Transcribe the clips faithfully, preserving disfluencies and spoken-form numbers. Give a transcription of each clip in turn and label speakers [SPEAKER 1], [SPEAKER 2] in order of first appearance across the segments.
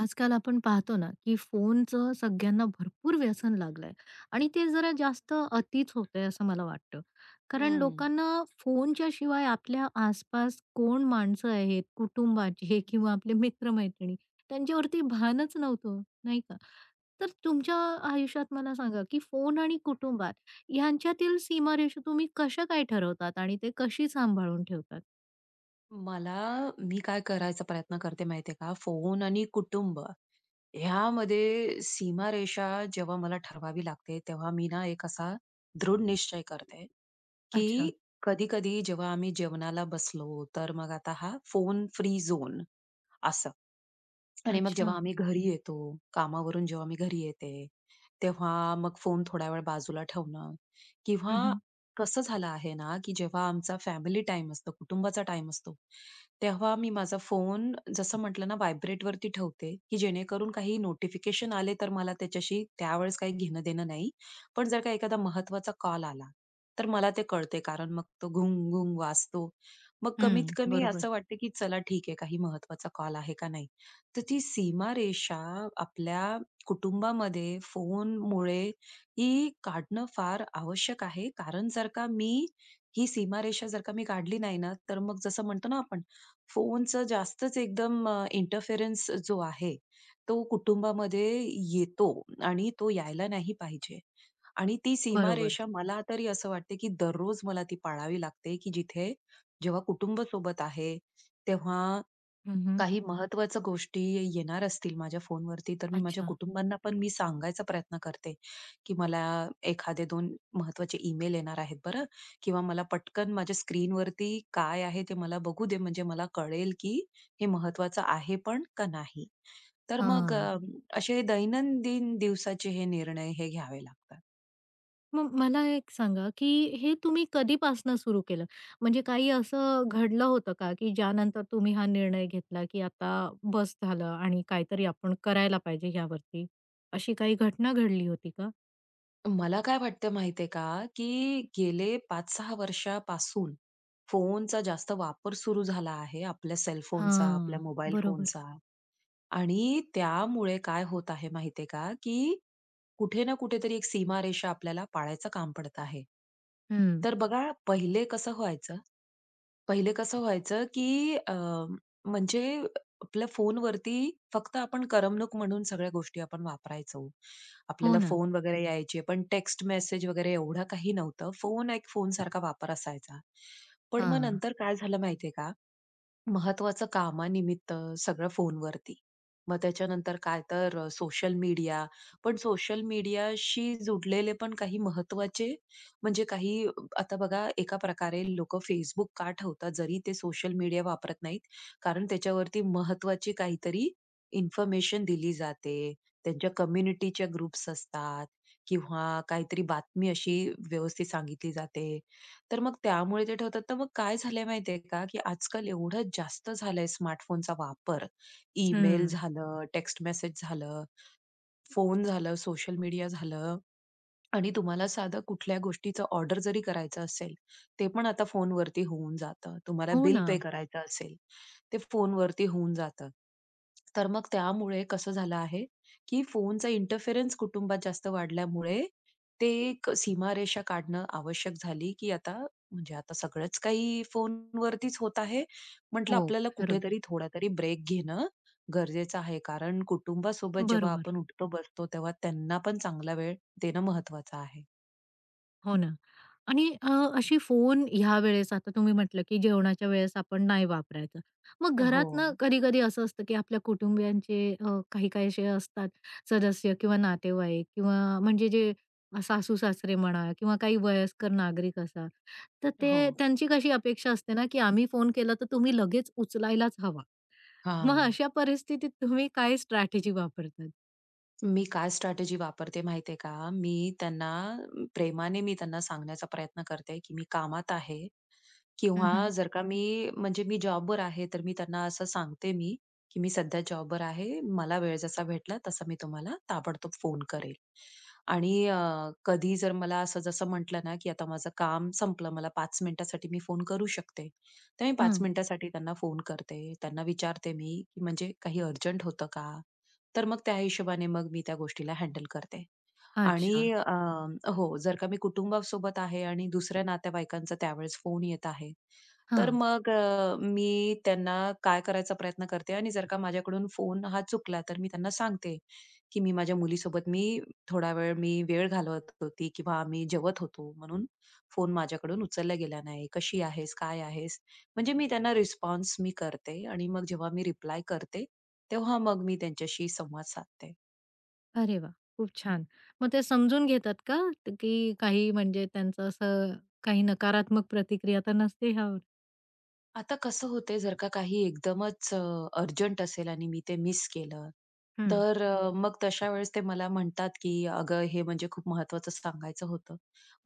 [SPEAKER 1] आजकाल आपण पाहतो ना, की फोनचं सगळ्यांना भरपूर व्यसन लागलंय आणि ते जरा जास्त अतिच होतंय असं मला वाटतं. कारण
[SPEAKER 2] हं.
[SPEAKER 1] लोकांना फोनच्या शिवाय आपल्या आसपास कोण माणसं आहेत, कुटुंबाचे किंवा आपले मित्र-मैत्रिणी त्यांच्यावरती भानच नव्हतं, नाही का? तर तुमच्या आयुष्यात मला सांगा, की फोन आणि कुटुंबात यांच्यातील सीमारेषा तुम्ही कशा काय ठरवतात आणि ते कशी सांभाळून ठेवतात?
[SPEAKER 2] मला मी काय करायचा प्रयत्न करते माहितीये का? फोन आणि कुटुंब ह्यामध्ये सीमारेषा जेव्हा मला ठरवावी लागते, तेव्हा मी ना एक असा दृढ निश्चय करते, की
[SPEAKER 1] अच्छा,
[SPEAKER 2] कधी-कधी जेव्हा आम्ही जेवणाला बसलो, तर मग आता हा फोन फ्री झोन असं. आणि मग
[SPEAKER 1] अच्छा.
[SPEAKER 2] जेव्हा आम्ही घरी येतो, कामावरून जेव्हा मी घरी येते, तेव्हा मग फोन थोडा वेळ बाजूला ठेवणं
[SPEAKER 1] हं,
[SPEAKER 2] किंवा
[SPEAKER 1] हं.
[SPEAKER 2] कसं झालं आहे ना, की जेव्हा आमचा फॅमिली टाईम असतो, कुटुंबाचा टाईम असतो, तेव्हा मी माझा फोन जसं म्हटलं ना व्हायब्रेटवरती ठेवते, की जेणेकरून काही नोटिफिकेशन आले तर मला त्याच्याशी त्यावेळेस काही घेणं-देणं नाही. पण जर का एखादा महत्त्वाचा कॉल आला, तर मला ते कळते कारण मग तो घुंग-घुंग वाजतो. मग कमीत कमी
[SPEAKER 1] बरोबर,
[SPEAKER 2] असं वाटतं, की चला ठीक आहे काही महत्त्वाचा कॉल आहे का नाही? तर ती सीमारेषा आपल्या कुटुंबामध्ये फोनमुळे ही काढणं फार आवश्यक आहे. कारण जर का मी ही सीमारेषा जर का मी काढली नाही ना, तर मग जसं म्हणतो ना आपण फोनचं जास्तच एकदम अ, इंटरफेरन्स जो आहे, तो कुटुंबामध्ये येतो आणि तो यायला नाही पाहिजे. आणि ती
[SPEAKER 1] बरोबर.
[SPEAKER 2] सीमारेषा मला तरी असं वाटते, की दररोज मला ती पाळावी लागते, की जिथे जेव्हा कुटुंब सोबत आहे, तेव्हा काही महत्त्वाच्या गोष्टी येणार असतील माझ्या फोनवरती, तर मी माझ्या
[SPEAKER 1] अच्छा.
[SPEAKER 2] कुटुंबांना पण मी सांगायचा प्रयत्न करते, की मला एखादे दोन महत्त्वाचे ईमेल येणार आहेत बरं किंवा मला पटकन माझ्या स्क्रीनवरती काय आहे ते मला बघू दे, म्हणजे मला कळेल की हे महत्त्वाचं आहे पण का नाही. तर मग
[SPEAKER 1] हां.
[SPEAKER 2] अ, असे दैनंदिन दिवसाचे हे निर्णय हे घ्यावे लागतात.
[SPEAKER 1] मग मला एक सांगा, की हे तुम्ही कधीपासनं सुरू केलं? म्हणजे काही असं घडलं होतं का, की ज्यानंतर तुम्ही हा निर्णय घेतला, की आता बस झालं आणि काहीतरी आपण करायला पाहिजे ह्यावरती? अशी काही घटना घडली होती का?
[SPEAKER 2] मला काय वाटतं माहितीये का, की गेले पाच सहा वर्षापासून फोनचा जास्त वापर सुरू झाला आहे. आपल्या सेल फोनचा, आपल्या
[SPEAKER 1] हां.
[SPEAKER 2] मोबाईल
[SPEAKER 1] बरोबर.
[SPEAKER 2] फोनचा आणि त्यामुळे काय होत आहे माहितीये का, की कुठे ना कुठेतरी एक सीमारेषा आपल्याला पाळायचं काम पडत आहे.
[SPEAKER 1] हं.
[SPEAKER 2] तर बघा, पहिले कसं व्हायचं पहिले कसं व्हायचं, की अ, म्हणजे आपल्या फोनवरती फक्त आपण करमणूक म्हणून सगळ्या गोष्टी आपण वापरायचो.
[SPEAKER 1] हो
[SPEAKER 2] आपल्याला
[SPEAKER 1] ना.
[SPEAKER 2] फोन वगैरे यायचे, पण टेक्स्ट मेसेज वगैरे एवढं काही नव्हतं. फोन एक फोनसारखा वापर असायचा. पण मग
[SPEAKER 1] हां.
[SPEAKER 2] नंतर काय झालं माहितीये का? महत्वाचं कामानिमित्त सगळं फोनवरती. मग त्याच्यानंतर काय तर अ, सोशल मीडिया. पण सोशल मीडियाशी जुडलेले पण काही महत्वाचे म्हणजे काही अ, आता बघा एका प्रकारे लोकं Facebook का ठेवतात जरी ते सोशल मीडिया वापरत नाहीत. कारण त्याच्यावरती महत्वाची काहीतरी इन्फॉर्मेशन दिली जाते. त्यांच्या कम्युनिटीच्या ग्रुप्स असतात किंवा काहीतरी बातमी अशी व्यवस्थित सांगितली जाते. तर मग त्यामुळे ते ठेवतात. तर मग काय झालंय माहितीये का, की आजकाल एवढं जास्त झालंय स्मार्टफोनचा वापर. ईमेल
[SPEAKER 1] हं.
[SPEAKER 2] झालं, टेक्स्ट मेसेज झालं, फोन झालं, सोशल मीडिया झालं. आणि तुम्हाला साधं कुठल्या गोष्टीचं ऑर्डर जरी करायचं असेल, ते पण आता फोनवरती होऊन जातं. तुम्हाला
[SPEAKER 1] हो
[SPEAKER 2] बिल
[SPEAKER 1] ना.
[SPEAKER 2] पे करायचं असेल, ते फोनवरती होऊन जातं. तर मग त्यामुळे कसं झालं आहे, की फोनचा इंटरफेरन्स कुटुंबात जास्त वाढल्यामुळे ते एक सीमारेषा काढणं आवश्यक झाली, की आता म्हणजे आता सगळंच काही फोनवरतीच होत आहे. म्हटलं
[SPEAKER 1] हो,
[SPEAKER 2] आपल्याला
[SPEAKER 1] खरं.
[SPEAKER 2] कुठेतरी थोडा तरी ब्रेक घेणं गरजेचं आहे. कारण कुटुंबासोबत जेव्हा
[SPEAKER 1] बरोबर.
[SPEAKER 2] आपण उठतो, बसतो, तेव्हा त्यांना पण चांगला वेळ देणं महत्वाचं आहे.
[SPEAKER 1] हो ना. आणि अ, अशी फोन ह्या वेळेस आता तुम्ही म्हटलं, की जेवणाच्या वेळेस आपण नाही वापरायचं. मग घरात
[SPEAKER 2] हो,
[SPEAKER 1] ना कधी-कधी असं असतं, की आपल्या कुटुंबियांचे अ, काही-काही असे असतात सदस्य किंवा नातेवाईक किंवा म्हणजे जे सासू-सासरे म्हणा किंवा काही वयस्कर नागरिक असा, तर
[SPEAKER 2] हो.
[SPEAKER 1] ते त्यांची कशी अपेक्षा असते ना, की आम्ही फोन केला तर तुम्ही लगेच उचलायलाच हवा. मग
[SPEAKER 2] हां.
[SPEAKER 1] अशा परिस्थितीत तुम्ही काय स्ट्रॅटेजी वापरतात?
[SPEAKER 2] मी काय स्ट्रॅटेजी वापरते माहितीये का? मी त्यांना अ, प्रेमाने मी त्यांना सांगण्याचा प्रयत्न करते, की मी कामात आहे
[SPEAKER 1] हं,
[SPEAKER 2] किंवा
[SPEAKER 1] हं.
[SPEAKER 2] जर का मी म्हणजे मी जॉबवर आहे, तर मी त्यांना असं सांगते मी, की "मी सध्या जॉबवर आहे. मला वेळ जसा भेटला तसा मी तुम्हाला ताबडतोब फोन करेल." आणि अ, कधी जर मला असं जसं म्हटलं ना, की आता माझं काम संपलं, मला पाच मिनिटासाठी मी फोन करू शकते. तर मी पाच मिनिटासाठी त्यांना फोन करते. त्यांना विचारते मी, की "म्हणजे काही अर्जंट होतं का?" तर मग त्या हिशोबाने मग मी त्या गोष्टीला हँडल करते. आणि
[SPEAKER 1] अच्छा.
[SPEAKER 2] अ, हो, जर का मी कुटुंबासोबत आहे आणि दुसऱ्या नातेवाईकांचा त्यावेळेस फोन येत आहे, तर
[SPEAKER 1] हां.
[SPEAKER 2] मग अ, मी त्यांना काय करायचा प्रयत्न करते आणि जर का माझ्याकडून फोन हा चुकला, तर मी त्यांना सांगते, की "मी माझ्या मुलीसोबत मी थोडा वेळ मी वेळ घालवत होती किंवा आम्ही जेवत होतो, म्हणून फोन माझ्याकडून उचलला गेला नाही. कशी आहेस? काय आहेस?" म्हणजे मी त्यांना रिस्पॉन्स मी करते आणि मग जेव्हा मी रिप्लाय करते, तेव्हा मग मी त्यांच्याशी संवाद साधते.
[SPEAKER 1] अरे वा, खूप छान. मग ते समजून घेतात का, त- की काही म्हणजे त्यांचं असं काही नकारात्मक प्रतिक्रिया तर नसते ह्यावर?
[SPEAKER 2] आता कसं होतंय जर का काही एकदमच अ, अर्जंट असेल आणि मी ते मिस केलं,
[SPEAKER 1] हं.
[SPEAKER 2] तर अ, मग तशा वेळेस ते मला म्हणतात, की "अगं, हे म्हणजे खूप महत्त्वाचं सांगायचं होतं."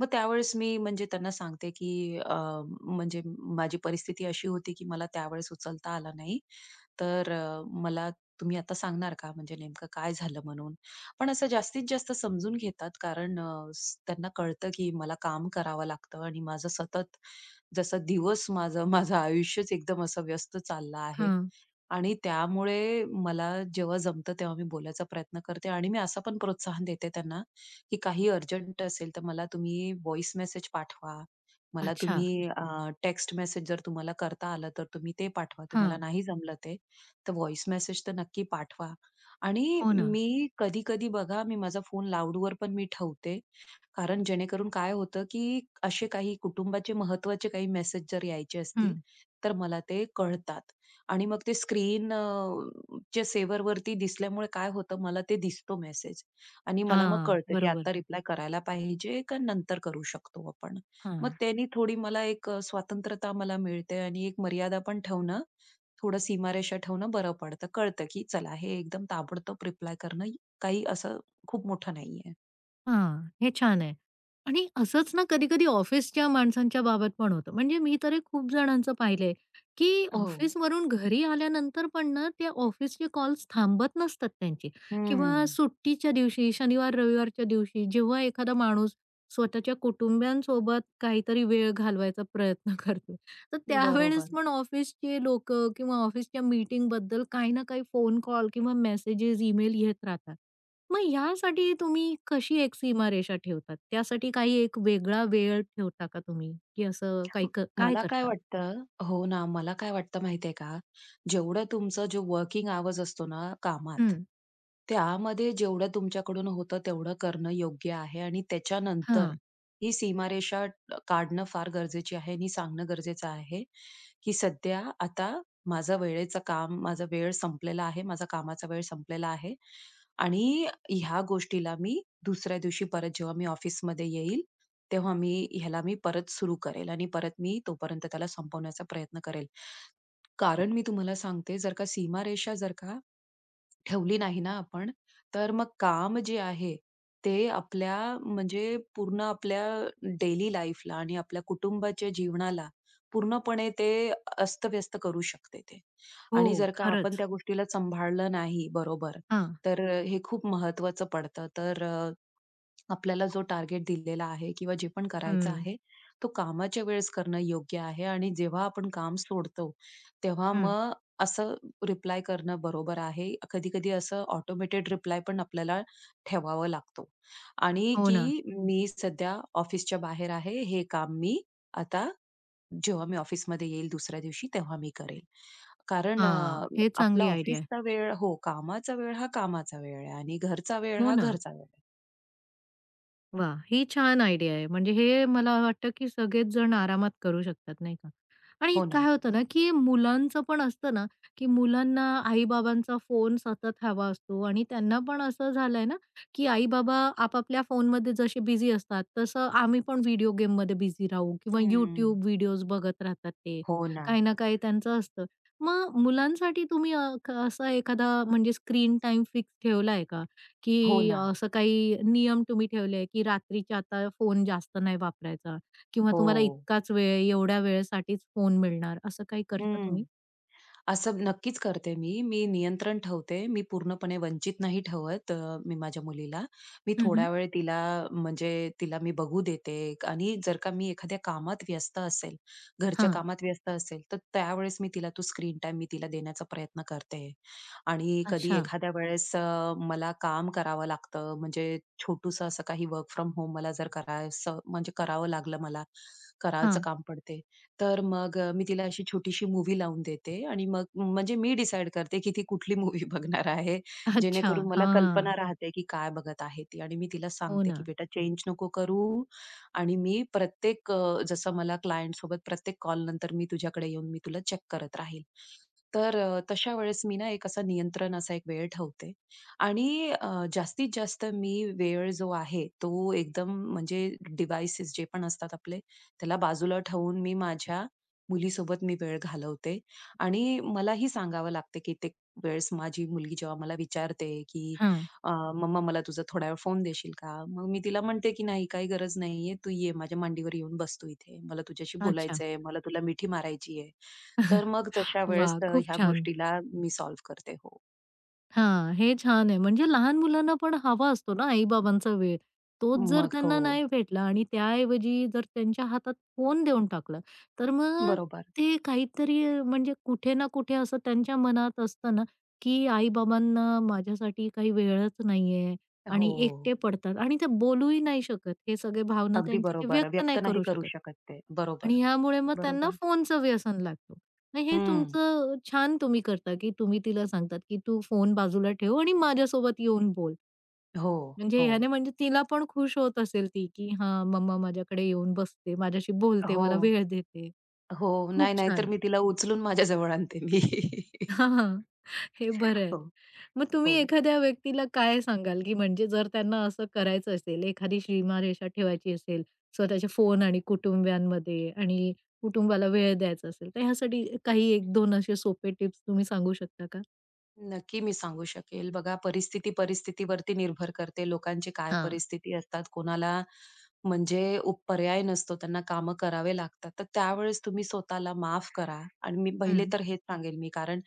[SPEAKER 2] मग त्यावेळेस मी म्हणजे त्यांना सांगते, की अ, म्हणजे माझी परिस्थिती अशी होती, की मला त्यावेळेस उचलता आला नाही. तर अ, मला तुम्ही आता सांगणार का? म्हणजे नेमकं काय झालं म्हणून? पण असं जास्तीत जास्त समजून घेतात कारण अ, स- त्यांना कळतं, की मला काम करावं लागतं आणि माझं सतत जसा दिवस माझा माझं आयुष्यच एकदम असं व्यस्त चाललं आहे.
[SPEAKER 1] हां.
[SPEAKER 2] आणि त्यामुळे मला जेव्हा जमतं तेव्हा मी बोलायचा प्रयत्न करते आणि मी असं पण प्रोत्साहन देते त्यांना, की काही अर्जंट असेल तर मला तुम्ही व्हॉइस मेसेज पाठवा. मला
[SPEAKER 1] अच्छा.
[SPEAKER 2] तुम्ही टेक्स्ट मेसेज जर तुम्हाला करता आलं तर तुम्ही ते पाठवा. तुम्हाला
[SPEAKER 1] हां.
[SPEAKER 2] नाही जमलं ते, तर व्हॉइस मेसेज तर नक्की पाठवा. आणि
[SPEAKER 1] हो ना.
[SPEAKER 2] मी कधी-कधी बघा मी माझा फोन लाऊडवर पण मी ठेवते कारण जेणेकरून काय होतं, की असे काही कुटुंबाचे महत्त्वाचे काही मेसेज जर यायचे
[SPEAKER 1] हं.
[SPEAKER 2] असतील, तर मला ते कळतात. आणि मग ते स्क्रीन अ, च्या सेव्हरवरती दिसल्यामुळे काय होतं, मला ते दिसतो मेसेज आणि मला मग
[SPEAKER 1] हां.
[SPEAKER 2] कळतं, की
[SPEAKER 1] बरोबर.
[SPEAKER 2] आता रिप्लाय करायला पाहिजे का नंतर करू शकतो आपण. मग
[SPEAKER 1] हां.
[SPEAKER 2] त्यानी थोडी मला एक अ, स्वतंत्रता मला मिळते आणि एक मर्यादा पण ठेवणं, थोडं सीमारेषा ठेवणं बरं पडतं. कळतं, की चला हे एकदम ताबडतोब रिप्लाय करणं काही असं खूप मोठं नाहीये.
[SPEAKER 1] हां, हे छान आहे. आणि असंच ना कधी-कधी ऑफिसच्या माणसांच्या बाबत पण होतं. म्हणजे मी तर हे खूप जणांचं पाहिलंय, की
[SPEAKER 2] हो.
[SPEAKER 1] ऑफिसवरून घरी आल्यानंतर पण ना त्या ऑफिसचे कॉल्स थांबत नसतात त्यांचे किंवा
[SPEAKER 2] हं.
[SPEAKER 1] सुट्टीच्या दिवशी, शनिवार-रविवारच्या दिवशी जेव्हा एखादा माणूस स्वतःच्या कुटुंबियांसोबत काहीतरी वेळ घालवायचा प्रयत्न करतो, तर
[SPEAKER 2] बरोबर.
[SPEAKER 1] त्यावेळेस पण ऑफिसचे लोकं किंवा ऑफिसच्या मीटिंगबद्दल काही ना काही फोन कॉल किंवा मेसेजेस, ईमेल येत राहतात. मग ह्यासाठी तुम्ही कशी एक सीमारेषा ठेवतात? त्यासाठी काही एक वेगळा वेळ ठेवता का तुम्ही? की असं
[SPEAKER 2] म
[SPEAKER 1] काही क काय
[SPEAKER 2] मला काय
[SPEAKER 1] करता?
[SPEAKER 2] वाटतं हो ना, मला काय वाटतं माहितीये का, जेवढं तुमचं जे वर्किंग आवर्स असतो ना
[SPEAKER 1] हं,
[SPEAKER 2] कामात, त्यामध्ये जेवढं तुमच्याकडून होतं तेवढं करणं योग्य आहे आणि त्याच्यानंतर
[SPEAKER 1] हां.
[SPEAKER 2] ही सीमारेषा अ, काढणं फार गरजेची आहे आणि सांगणं गरजेचं आहे, की सध्या आता माझा वेळेचं काम, माझा वेळ संपलेला आहे, माझा कामाचा वेळ संपलेला आहे आणि ह्या गोष्टीला मी दुसऱ्या दिवशी परत जेव्हा मी ऑफिसमध्ये येईल, तेव्हा मी ह्याला मी परत सुरू करेल आणि परत मी तोपर्यंत त्याला संपवण्याचा प्रयत्न करेल. कारण मी तुम्हाला सांगते जर का सीमारेषा जर का ठेवली नाही ना आपण, तर मग काम जे आहे ते आपल्या म्हणजे पूर्ण आपल्या डेली लाईफला आणि आपल्या कुटुंबाच्या जीवनाला पूर्णपणे ते अस्तव्यस्त करू शकते ते.
[SPEAKER 1] हो,
[SPEAKER 2] आणि जर का आपण
[SPEAKER 1] खरंच.
[SPEAKER 2] त्या गोष्टीला सांभाळलं नाही बरोबर,
[SPEAKER 1] हां.
[SPEAKER 2] तर हे खूप महत्वाचं पडतं. तर आपल्याला जो टार्गेट दिलेला आहे किंवा जे पण करायचं
[SPEAKER 1] हं,
[SPEAKER 2] आहे, तो कामाच्या वेळेस करणं योग्य आहे आणि जेव्हा आपण काम सोडतो, तेव्हा
[SPEAKER 1] हं.
[SPEAKER 2] मग असं रिप्लाय करणं बरोबर आहे. कधी-कधी असं ऑटोमेटेड रिप्लाय पण आपल्याला ठेवावा लागतो आणि
[SPEAKER 1] हो
[SPEAKER 2] की
[SPEAKER 1] ना.
[SPEAKER 2] मी सध्या ऑफिसच्या बाहेर आहे. हे काम मी आता जेव्हा मी ऑफिसमध्ये येईल दुसऱ्या दिवशी तेव्हा मी करेल. कारण अ,
[SPEAKER 1] हां, हे
[SPEAKER 2] आपला
[SPEAKER 1] चांगली आयडिया आहे.
[SPEAKER 2] ऑफिसचा वेळ हो, कामाचा वेळ हा कामाचा वेळ आहे आणि घरचा वेळ
[SPEAKER 1] हो
[SPEAKER 2] हा
[SPEAKER 1] ना.
[SPEAKER 2] घरचा वेळ आहे.
[SPEAKER 1] वा, ही छान आयडिया आहे. म्हणजे हे मला वाटतं, की सगळेच जण आरामात करू शकतात, नाही का? आणि
[SPEAKER 2] हो ना.
[SPEAKER 1] काय होतं ना, की मुलांचं पण असतं ना, की मुलांना आई-बाबांचा फोन सतत हवा असतो आणि त्यांना पण असं झालंय ना, की आई-बाबा आपापल्या फोनमध्ये जसे बिझी असतात, तसं आम्ही पण व्हिडिओ गेममध्ये बिझी राहू किंवा
[SPEAKER 2] हं.
[SPEAKER 1] YouTube व्हिडिओज बघत राहतात ते.
[SPEAKER 2] हो ना.
[SPEAKER 1] काही ना काही त्यांचं असतं. मग मुलांसाठी तुम्ही अ, क असा एखादा म्हणजे स्क्रीन टाईम फिक्स ठेवला का?
[SPEAKER 2] हो
[SPEAKER 1] की
[SPEAKER 2] ना.
[SPEAKER 1] असं काही नियम तुम्ही ठेवले की रात्रीच्या आता फोन जास्त नाही वापरायचा किंवा
[SPEAKER 2] हो.
[SPEAKER 1] तुम्हाला इतकाच वेळ, एवढ्या वेळेसाठीच फोन मिळणार, असं काही करता
[SPEAKER 2] हं.
[SPEAKER 1] तुम्ही?
[SPEAKER 2] असं नक्कीच करते मी. मी नियंत्रण ठेवते. मी पूर्णपणे वंचित नाही ठेवत अ, मी माझ्या मुलीला. मी
[SPEAKER 1] हं, हं.
[SPEAKER 2] थोडा वेळ तिला म्हणजे तिला मी बघू देते आणि जर का मी एखाद्या कामात व्यस्त असेल, घरच्या
[SPEAKER 1] हां.
[SPEAKER 2] कामात व्यस्त असेल, तर त्यावेळेस मी तिला तो स्क्रीन टाइम मी तिला देण्याचा प्रयत्न करते. आणि कधी
[SPEAKER 1] अच्छा.
[SPEAKER 2] एखाद्या वेळेस अ, मला काम करावं लागतं म्हणजे छोटूसं असं काही वर्क फ्रॉम होम मला जर करायचं म्हणजे करावं लागलं मला, करायचं
[SPEAKER 1] हां.
[SPEAKER 2] काम पडते. तर मग अ, मी तिला अशी छोटीशी मूव्ही लावून देते आणि मग म्हणजे मी डिसाईड करते की ती कुठली मूव्ही बघणार आहे,
[SPEAKER 1] अच्छा.
[SPEAKER 2] जेणेकरून मला कल्पना
[SPEAKER 1] हां.
[SPEAKER 2] राहते की काय बघत आहे ती आणि मी तिला
[SPEAKER 1] हो
[SPEAKER 2] सांगते की
[SPEAKER 1] ना.
[SPEAKER 2] "बेटा चेंज नको करू आणि मी प्रत्येक अ, जसं मला क्लायंटसोबत प्रत्येक कॉलनंतर मी तुझ्याकडे येऊन मी तुला चेक करत राहील." तर अ, तशा वेळेस मी ना एक असा नियंत्रण असा एक वेळ ठेवते आणि अ, जास्तीत जास्त मी वेळ जो आहे तो एकदम म्हणजे डिव्हाइसेस जे पण असतात आपले त्याला बाजूला ठेवून मी माझ्या मुलीसोबत मी वेळ घालवते. आणि मलाही सांगावं लागते कित्येक वेळेस माझी मुलगी जेव्हा मला विचारते, की
[SPEAKER 1] हां.
[SPEAKER 2] अ, "मम्मा मला तुझा थोडा वेळ फोन देशील का?" मग मी तिला म्हणते, की "नाही, काही गरज नाहीये. तू ये माझ्या मांडीवर येऊन बस तू इथे. मला तुझ्याशी
[SPEAKER 1] अच्छा.
[SPEAKER 2] बोलायचंय. मला तुला मिठी मारायची आहे." तर मग तशा वेळेस
[SPEAKER 1] वाह!
[SPEAKER 2] अ,
[SPEAKER 1] खूप
[SPEAKER 2] ह्या
[SPEAKER 1] छान.
[SPEAKER 2] गोष्टीला मी सॉल्व्ह करते. हो.
[SPEAKER 1] हां, हे छान आहे. म्हणजे लहान मुलांना पण हवा असतो ना आई-बाबांचा वेळ. तोच जर
[SPEAKER 2] मग
[SPEAKER 1] त्यांना
[SPEAKER 2] हो.
[SPEAKER 1] नाही भेटला आणि त्याऐवजी जर त्यांच्या हातात फोन देऊन टाकला, तर मग
[SPEAKER 2] बरोबर.
[SPEAKER 1] ते काहीतरी अ, म्हणजे कुठे ना कुठे असं त्यांच्या मनात असतं ना, की आई-बाबांना माझ्यासाठी काही वेळच नाहीये आणि
[SPEAKER 2] हो.
[SPEAKER 1] एकटे पडतात आणि ते बोलूही नाही शकत. हे सगळे भावना
[SPEAKER 2] अगदी
[SPEAKER 1] त्यांची ते
[SPEAKER 2] बरोबर.
[SPEAKER 1] व्यक्त नाही
[SPEAKER 2] व्यक्त नाही
[SPEAKER 1] करू
[SPEAKER 2] करू
[SPEAKER 1] शकत.
[SPEAKER 2] शकत ते.
[SPEAKER 1] आणि
[SPEAKER 2] बरोबर.
[SPEAKER 1] ह्यामुळे मग त्यांना
[SPEAKER 2] बरोबर.
[SPEAKER 1] फोनचं व्यसन लागतं. नाही, हे
[SPEAKER 2] हं.
[SPEAKER 1] तुमचं छान तुम्ही करता, की तुम्ही तिला सांगतात, की "तू फोन बाजूला ठेव आणि माझ्यासोबत येऊन बोल."
[SPEAKER 2] हो,
[SPEAKER 1] म्हणजे
[SPEAKER 2] हो.
[SPEAKER 1] ह्याने म्हणजे तिला पण खुश होत असेल ती, की "हां, मम्मा माझ्याकडे येऊन बसते, माझ्याशी बोलते, मला
[SPEAKER 2] हो,
[SPEAKER 1] वेळ देते."
[SPEAKER 2] हो.
[SPEAKER 1] खूप
[SPEAKER 2] नाही, नाही तर
[SPEAKER 1] छान.
[SPEAKER 2] मी तिला उचलून माझ्याजवळ आणते मी.
[SPEAKER 1] हां, हां. हे बरं आहे.
[SPEAKER 2] हो,
[SPEAKER 1] मग तुम्ही
[SPEAKER 2] हो.
[SPEAKER 1] एखाद्या व्यक्तीला काय सांगाल, की म्हणजे जर त्यांना असं करायचं असेल, एखादी सीमारेषा ठेवायची असेल, स्वतःच्या फोन आणि कुटुंबियांमध्ये आणि कुटुंबाला वेळ द्यायचा असेल, तर ह्यासाठी काही एक दोन असे सोपे टिप्स तुम्ही सांगू शकता का?
[SPEAKER 2] नक्की मी सांगू शकेल. बघा परिस्थिती परिस्थितीवरती निर्भर करते. लोकांची काय
[SPEAKER 1] हां.
[SPEAKER 2] परिस्थिती असतात, कोणाला म्हणजे उप पर्याय नसतो, त्यांना कामं करावे लागतात. तर त्यावेळेस तुम्ही स्वतःला माफ करा आणि मी पहिले
[SPEAKER 1] हं.
[SPEAKER 2] तर हेच सांगेल मी. कारण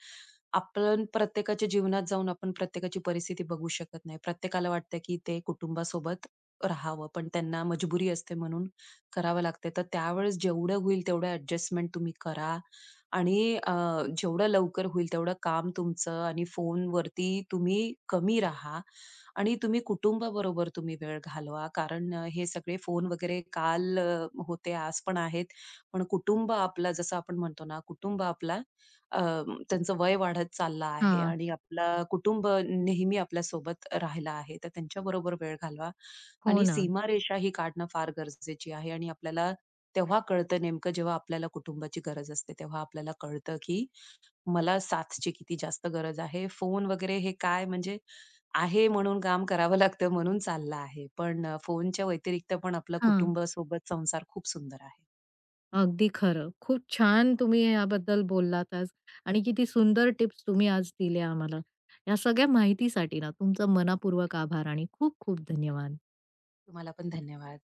[SPEAKER 2] आपण प्रत्येकाच्या जीवनात जाऊन आपण प्रत्येकाची परिस्थिती बघू शकत नाही. प्रत्येकाला वाटतं, की ते कुटुंबासोबत राहावं, पण त्यांना मजबुरी असते म्हणून करावं लागते. तर त्यावेळेस जेवढं होईल तेवढं ॲडजस्टमेंट तुम्ही करा आणि अ, जेवढं लवकर होईल तेवढं काम तुमचं आणि फोनवरती तुम्ही कमी राहा आणि तुम्ही कुटुंबाबरोबर तुम्ही वेळ घालवा. कारण अ, हे सगळे फोन वगैरे काल अ, होते, आज पण आहेत. पण कुटुंब आपलं जसं आपण म्हणतो ना, कुटुंब आपला अ, त्यांचं वय वाढत चाललं आहे
[SPEAKER 1] हां.
[SPEAKER 2] आणि आपलं कुटुंब नेहमी आपल्यासोबत राहिला आहे. तर त्यांच्याबरोबर वेळ घालवा
[SPEAKER 1] हो
[SPEAKER 2] आणि
[SPEAKER 1] ना.
[SPEAKER 2] सीमारेषा ही काढणं फार गरजेची आहे आणि आपल्याला तेव्हा कळतं नेमकं जेव्हा आपल्याला कुटुंबाची गरज असते, तेव्हा आपल्याला कळतं की मला साथची किती जास्त गरज आहे. फोन वगैरे हे काय म्हणजे आहे म्हणून काम करावं लागतं म्हणून चाललं आहे. पण अ, फोनच्या व्यतिरिक्त पण आपलं
[SPEAKER 1] हां.
[SPEAKER 2] कुटुंबासोबत संसार खूप सुंदर आहे.
[SPEAKER 1] अगदी खरं. खूप छान तुम्ही याबद्दल बोललात आज आणि किती सुंदर टिप्स तुम्ही आज दिल्या आम्हाला. या सगळ्या माहितीसाठी ना तुमचा मनापूर्वक आभार आणि खूप खूप धन्यवाद.
[SPEAKER 2] तुम्हाला पण धन्यवाद.